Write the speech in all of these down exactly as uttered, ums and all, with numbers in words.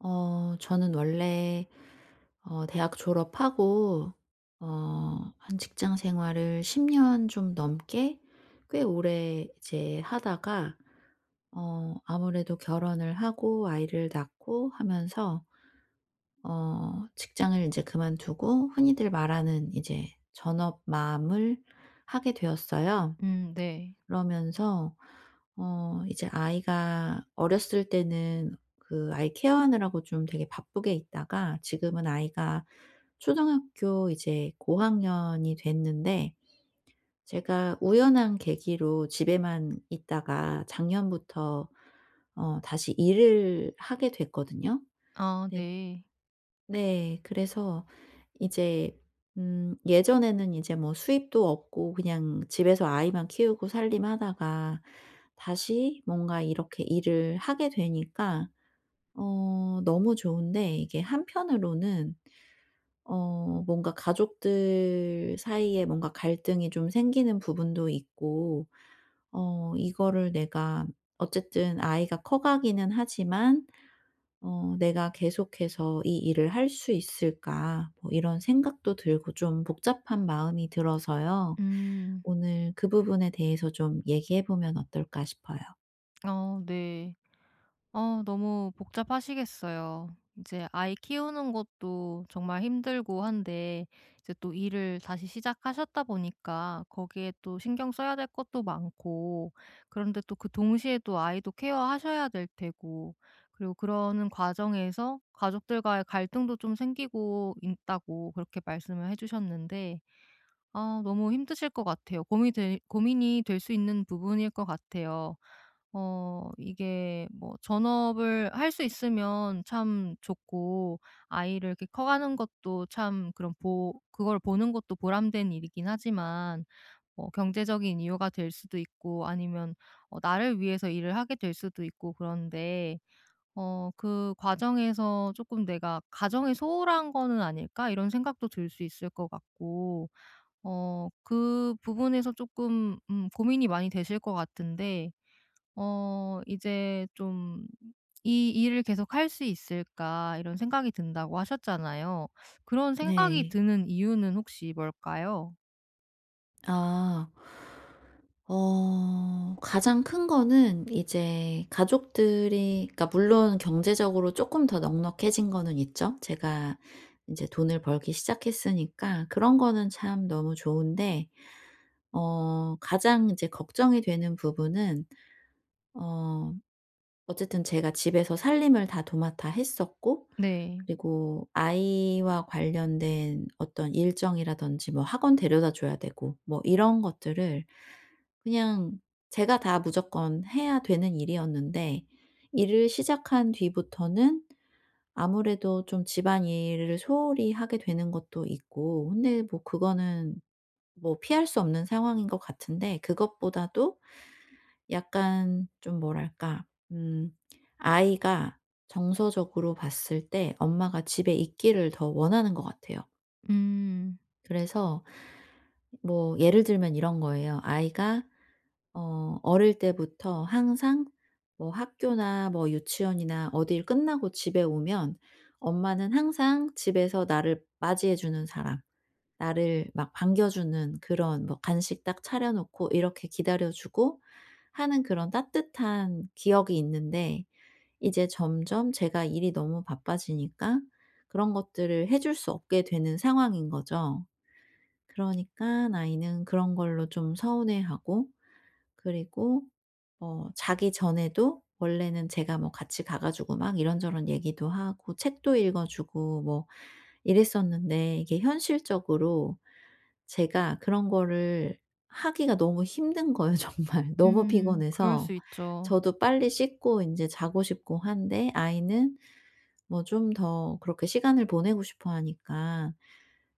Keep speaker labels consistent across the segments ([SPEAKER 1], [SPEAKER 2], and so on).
[SPEAKER 1] 어 저는 원래 어 대학 졸업하고 어 한 직장 생활을 십 년 좀 넘게 꽤 오래 이제 하다가, 어 아무래도 결혼을 하고 아이를 낳고 하면서 어 직장을 이제 그만두고 흔히들 말하는 이제 전업맘을 하게 되었어요.
[SPEAKER 2] 음 네.
[SPEAKER 1] 그러면서 어 이제 아이가 어렸을 때는 그 아이 케어하느라고 좀 되게 바쁘게 있다가, 지금은 아이가 초등학교 이제 고학년이 됐는데, 제가 우연한 계기로 집에만 있다가 작년부터 어 다시 일을 하게 됐거든요.
[SPEAKER 2] 아 네.
[SPEAKER 1] 네. 그래서 이제, 음 예전에는 이제 뭐 수입도 없고 그냥 집에서 아이만 키우고 살림하다가 다시 뭔가 이렇게 일을 하게 되니까 어 너무 좋은데, 이게 한편으로는 어 뭔가 가족들 사이에 뭔가 갈등이 좀 생기는 부분도 있고, 어 이거를 내가, 어쨌든 아이가 커 가기는 하지만 어 '내가 계속해서 이 일을 할 수 있을까?' 뭐 이런 생각도 들고, 좀 복잡한 마음이 들어서요.
[SPEAKER 2] 음.
[SPEAKER 1] 오늘 그 부분에 대해서 좀 얘기해 보면 어떨까 싶어요.
[SPEAKER 2] 어 네. 어 너무 복잡하시겠어요. 이제 아이 키우는 것도 정말 힘들고 한데, 이제 또 일을 다시 시작하셨다 보니까 거기에 또 신경 써야 될 것도 많고, 그런데 또 그 동시에 또 아이도 케어하셔야 될 테고, 그리고 그러는 과정에서 가족들과의 갈등도 좀 생기고 있다고 그렇게 말씀을 해 주셨는데, 아 너무 힘드실 것 같아요. 고민이 될 고민이 될 수 있는 부분일 것 같아요. 어 이게 뭐, 전업을 할 수 있으면 참 좋고, 아이를 이렇게 커가는 것도 참 그런 보 그걸 보는 것도 보람된 일이긴 하지만, 뭐 경제적인 이유가 될 수도 있고, 아니면 어 나를 위해서 일을 하게 될 수도 있고, 그런데 어 '그 과정에서 조금 내가 가정에 소홀한 거는 아닐까?' 이런 생각도 들 수 있을 것 같고, 어 그 부분에서 조금 음 고민이 많이 되실 것 같은데, 어 이제 좀 '이 일을 계속할 수 있을까?' 이런 생각이 든다고 하셨잖아요. 그런 생각이
[SPEAKER 1] 네.
[SPEAKER 2] 드는 이유는 혹시 뭘까요?
[SPEAKER 1] 아. 어 가장 큰 거는 이제 가족들이, 그러니까 물론 경제적으로 조금 더 넉넉해진 거는 있죠. 제가 이제 돈을 벌기 시작했으니까, 그런 거는 참 너무 좋은데, 어 가장 이제 걱정이 되는 부분은, 어 어쨌든 제가 집에서 살림을 다 도맡아 했었고,
[SPEAKER 2] 네.
[SPEAKER 1] 그리고 아이와 관련된 어떤 일정이라든지, 뭐 학원 데려다 줘야 되고 뭐 이런 것들을 그냥 제가 다 무조건 해야 되는 일이었는데, 일을 시작한 뒤부터는 아무래도 좀 집안일을 소홀히 하게 되는 것도 있고. 근데 뭐 그거는 뭐 피할 수 없는 상황인 것 같은데, 그것보다도 약간 좀 뭐랄까, 음 아이가 정서적으로 봤을 때 엄마가 집에 있기를 더 원하는 것 같아요.
[SPEAKER 2] 음.
[SPEAKER 1] 그래서, 뭐 예를 들면 이런 거예요. 아이가 어 어릴 때부터 항상 뭐 학교나 뭐 유치원이나 어딜 끝나고 집에 오면, 엄마는 항상 집에서 나를 맞이해 주는 사람, 나를 막 반겨주는, 그런 뭐 간식 딱 차려 놓고 이렇게 기다려 주고 하는 그런 따뜻한 기억이 있는데, 이제 점점 제가 일이 너무 바빠지니까 그런 것들을 해줄 수 없게 되는 상황인 거죠. 그러니까 아이는 그런 걸로 좀 서운해하고. 그리고 어 자기 전에도 원래는 제가 뭐 같이 가 가지고 막 이런저런 얘기도 하고 책도 읽어 주고 뭐 이랬었는데, 이게 현실적으로 제가 그런 거를 하기가 너무 힘든 거예요 정말. 너무
[SPEAKER 2] 음. 그럴 수
[SPEAKER 1] 피곤해서
[SPEAKER 2] 있죠.
[SPEAKER 1] 저도 빨리 씻고 이제 자고 싶고 한데, 아이는 뭐 좀 더 그렇게 시간을 보내고 싶어 하니까,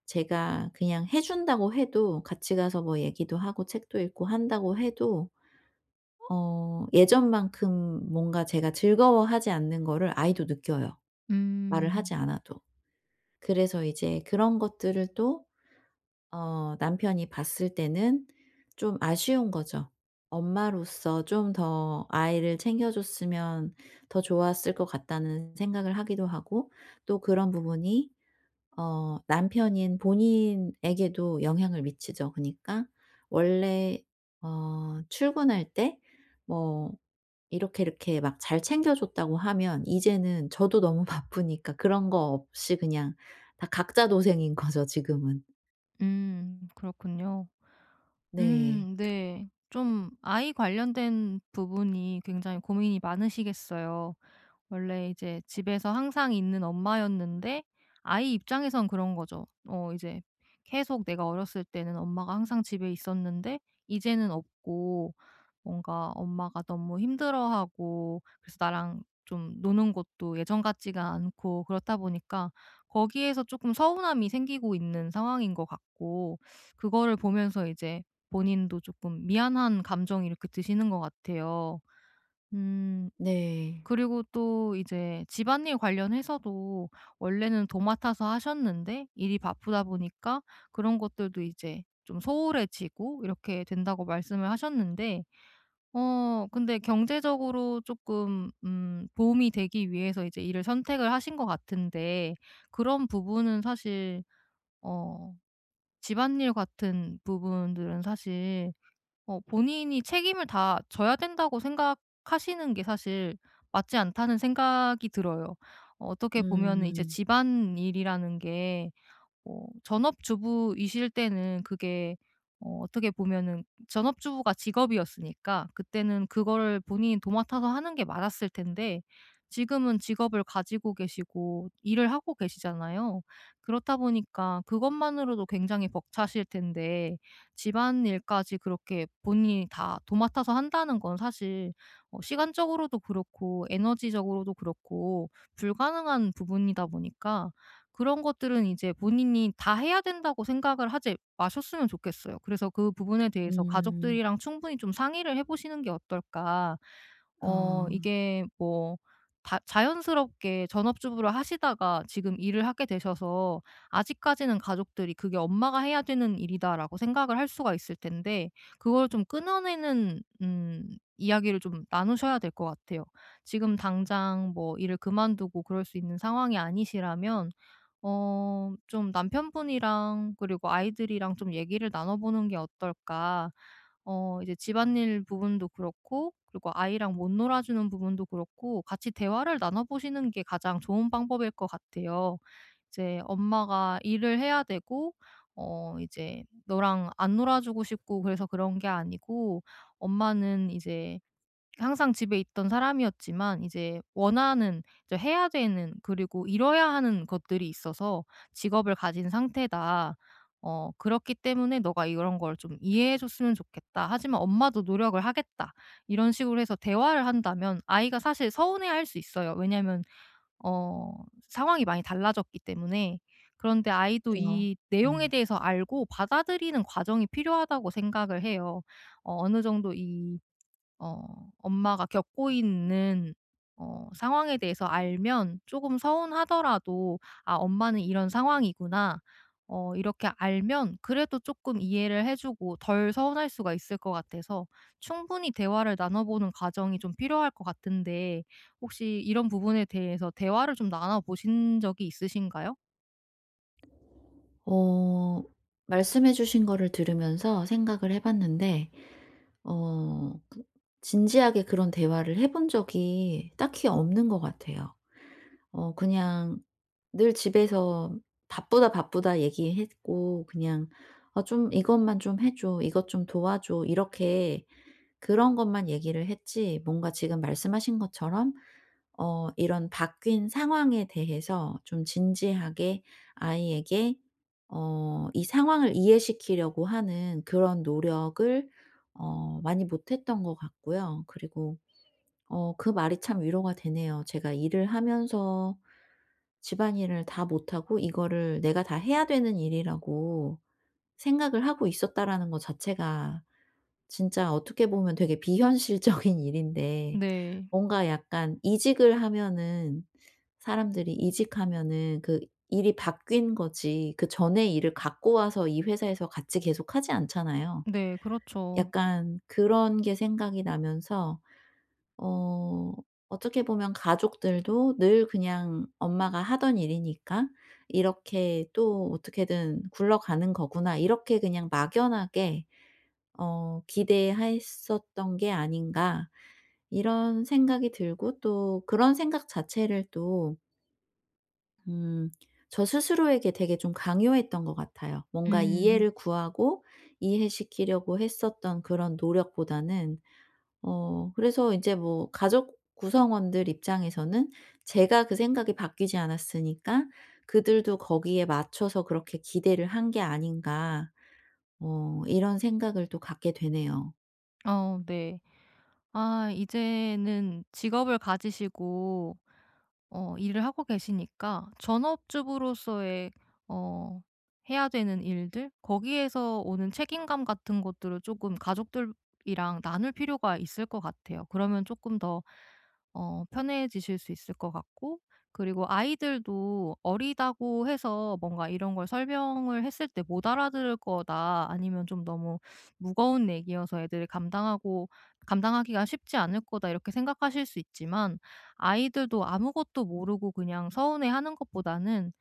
[SPEAKER 1] 제가 그냥 해 준다고 해도, 같이 가서 뭐 얘기도 하고 책도 읽고 한다고 해도 어 예전만큼 뭔가 제가 즐거워하지 않는 거를 아이도 느껴요, 말을
[SPEAKER 2] 음.
[SPEAKER 1] 하지 않아도. 그래서 이제 그런 것들을 또 어 남편이 봤을 때는 좀 아쉬운 거죠. 엄마로서 좀 더 아이를 챙겨줬으면 더 좋았을 것 같다는 생각을 하기도 하고. 또 그런 부분이 어 남편인 본인에게도 영향을 미치죠. 그니까 러 원래 어 출근할 때 뭐 이렇게 이렇게 막 잘 챙겨 줬다고 하면, 이제는 저도 너무 바쁘니까 그런 거 없이 그냥 다 각자 도생인 거죠 지금은.
[SPEAKER 2] 음. 그렇군요.
[SPEAKER 1] 네.
[SPEAKER 2] 음 네. 좀 아이 관련된 부분이 굉장히 고민이 많으시겠어요. 원래 이제 집에서 항상 있는 엄마였는데, 아이 입장에선 그런 거죠. 어 이제 계속 내가 어렸을 때는 엄마가 항상 집에 있었는데 이제는 없고, 뭔가 엄마가 너무 힘들어하고, 그래서 나랑 좀 노는 것도 예전 같지가 않고, 그렇다 보니까 거기에서 조금 서운함이 생기고 있는 상황인 것 같고, 그거를 보면서 이제 본인도 조금 미안한 감정이 이렇게 드시는 것 같아요. 음.
[SPEAKER 1] 네.
[SPEAKER 2] 그리고 또 이제 집안일 관련해서도 원래는 도맡아서 하셨는데, 일이 바쁘다 보니까 그런 것들도 이제 좀 소홀해지고 이렇게 된다고 말씀을 하셨는데, 어 근데 경제적으로 조금 음 도움이 되기 위해서 이제 일을 선택을 하신 것 같은데, 그런 부분은 사실, 어 집안일 같은 부분들은 사실 어 본인이 책임을 다 져야 된다고 생각하시는 게 사실 맞지 않다는 생각이 들어요. 어, 어떻게 보면 이제
[SPEAKER 1] 음.
[SPEAKER 2] 집안일이라는 게 어 전업주부이실 때는 그게, 어 어떻게 보면은 전업주부가 직업이었으니까 그때는 그거를 본인이 도맡아서 하는 게 맞았을 텐데, 지금은 직업을 가지고 계시고 일을 하고 계시잖아요. 그렇다 보니까 그것만으로도 굉장히 벅차실 텐데, 집안일까지 그렇게 본인이 다 도맡아서 한다는 건 사실 어 시간적으로도 그렇고 에너지적으로도 그렇고 불가능한 부분이다 보니까, 그런 것들은 이제 본인이 다 해야 된다고 생각을 하지 마셨으면 좋겠어요. 그래서 그 부분에 대해서
[SPEAKER 1] 음.
[SPEAKER 2] 가족들이랑 충분히 좀 상의를 해 보시는 게 어떨까.
[SPEAKER 1] 아,
[SPEAKER 2] 어 이게 뭐, 다 자연스럽게 전업주부를 하시다가 지금 일을 하게 되셔서 아직까지는 가족들이 '그게 엄마가 해야 되는 일이다.'라고 생각을 할 수가 있을 텐데, 그걸 좀 끊어내는 음 이야기를 좀 나누셔야 될 것 같아요. 지금 당장 뭐 일을 그만두고 그럴 수 있는 상황이 아니시라면 어 좀 '남편분이랑, 그리고 아이들이랑 좀 얘기를 나눠 보는 게 어떨까?' 어 이제 집안일 부분도 그렇고, 그리고 아이랑 못 놀아 주는 부분도 그렇고 같이 대화를 나눠 보시는 게 가장 좋은 방법일 것 같아요. 이제 엄마가 일을 해야 되고 어 이제 너랑 안 놀아 주고 싶고 그래서 그런 게 아니고, 엄마는 이제 항상 집에 있던 사람이었지만 이제 원하는, 이제 해야 되는, 그리고 이뤄야 하는 것들이 있어서 직업을 가진 상태다. 어 "그렇기 때문에 너가 이런 걸 좀 이해해 줬으면 좋겠다. 하지만 엄마도 노력을 하겠다." 이런 식으로 해서 대화를 한다면 아이가 사실 서운해할 수 있어요. 왜냐하면 어 상황이 많이 달라졌기 때문에. 그런데 아이도
[SPEAKER 1] 저,
[SPEAKER 2] 이 내용에
[SPEAKER 1] 음.
[SPEAKER 2] 대해서 알고 받아들이는 과정이 필요하다고 생각을 해요. 어 어느 정도 이 어 엄마가 겪고 있는 어 상황에 대해서 알면 조금 서운하더라도 '아 엄마는 이런 상황이구나.' 어 이렇게 알면 그래도 조금 이해를 해 주고 덜 서운할 수가 있을 것 같아서, 충분히 대화를 나눠 보는 과정이 좀 필요할 것 같은데, 혹시 이런 부분에 대해서 대화를 좀 나눠 보신 적이 있으신가요?
[SPEAKER 1] 어 말씀해 주신 거를 들으면서 생각을 해 봤는데, 어 그 진지하게 그런 대화를 해본 적이 딱히 없는 것 같아요. 어 그냥 늘 집에서 "바쁘다, 바쁘다." 얘기했고, 그냥 어, "좀 이것만 좀 해 줘. 이것 좀 도와줘." 이렇게, 그런 것만 얘기를 했지, 뭔가 지금 말씀하신 것처럼 어 이런 바뀐 상황에 대해서 좀 진지하게, 아이에게 어 이 상황을 이해시키려고 하는 그런 노력을 어 많이 못 했던 것 같고요. 그리고 어 그 말이 참 위로가 되네요. 제가 일을 하면서 집안일을 다 못하고, 이거를 내가 다 해야 되는 일이라고 생각을 하고 있었다라는 것 자체가 진짜 어떻게 보면 되게 비현실적인 일인데,
[SPEAKER 2] 네.
[SPEAKER 1] 뭔가 약간, 이직을 하면은, 사람들이 이직하면은 그 일이 바뀐 거지, 그 전에 일을 갖고 와서 이 회사에서 같이 계속하지 않잖아요.
[SPEAKER 2] 네. 그렇죠.
[SPEAKER 1] 약간 그런 게 생각이 나면서, 어 어떻게 보면 가족들도 늘 그냥 엄마가 하던 일이니까 '이렇게 또 어떻게든 굴러가는 거구나.' 이렇게 그냥 막연하게 어 기대했었던 게 아닌가, 이런 생각이 들고. 또 그런 생각 자체를 또, 음. 저 스스로에게 되게 좀 강요했던 것 같아요. 뭔가
[SPEAKER 2] 음.
[SPEAKER 1] 이해를 구하고 이해시키려고 했었던 그런 노력보다는. 어 그래서 이제 뭐 가족 구성원들 입장에서는 제가 그 생각이 바뀌지 않았으니까 '그들도 거기에 맞춰서 그렇게 기대를 한 게 아닌가.' 어 이런 생각을 또 갖게 되네요.
[SPEAKER 2] 어 네. 아 이제는 직업을 가지시고 어 일을 하고 계시니까 전업주부로서의 어 해야 되는 일들, 거기에서 오는 책임감 같은 것들을 조금 가족들이랑 나눌 필요가 있을 것 같아요. 그러면 조금 더 어 편해지실 수 있을 것 같고, 그리고 아이들도 어리다고 해서 뭔가 이런 걸 설명을 했을 때 못 알아들을 거다, 아니면 좀 너무 무거운 얘기여서 애들이 감당하고 감당하기가 쉽지 않을 거다, 이렇게 생각하실 수 있지만, 아이들도 아무것도 모르고 그냥 서운해하는 것보다는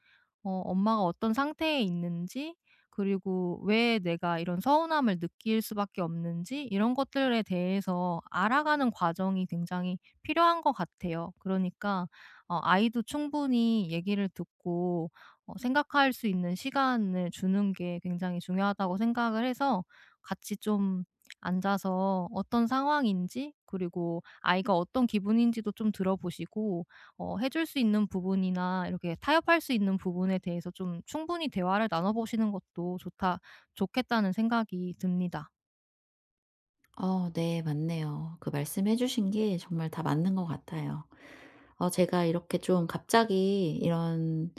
[SPEAKER 2] 어 엄마가 어떤 상태에 있는지, 그리고 왜 내가 이런 서운함을 느낄 수밖에 없는지, 이런 것들에 대해서 알아가는 과정이 굉장히 필요한 것 같아요. 그러니까 어 아이도 충분히 얘기를 듣고 어 생각할 수 있는 시간을 주는 게 굉장히 중요하다고 생각을 해서, 같이 좀 앉아서 어떤 상황인지, 그리고 아이가 어떤 기분인지도 좀 들어보시고, 어 해줄 수 있는 부분이나 이렇게 타협할 수 있는 부분에 대해서 좀 충분히 대화를 나눠 보시는 것도 좋다 좋겠다는 생각이 듭니다.
[SPEAKER 1] 어 네 맞네요. 그 말씀해 주신 게 정말 다 맞는 것 같아요. 어 제가 이렇게 좀 갑자기 이런,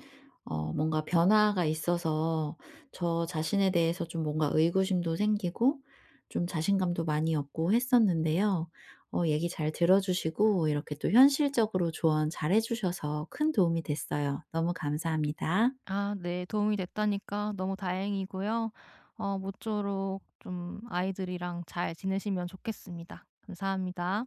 [SPEAKER 1] 어 뭔가 변화가 있어서 저 자신에 대해서 좀 뭔가 의구심도 생기고 좀 자신감도 많이 없고 했었는데요. 어 얘기 잘 들어 주시고 이렇게 또 현실적으로 조언 잘해 주셔서 큰 도움이 됐어요. 너무 감사합니다.
[SPEAKER 2] 아 네. 도움이 됐다니까 너무 다행이고요. 어 모쪼록 좀 아이들이랑 잘 지내시면 좋겠습니다. 감사합니다.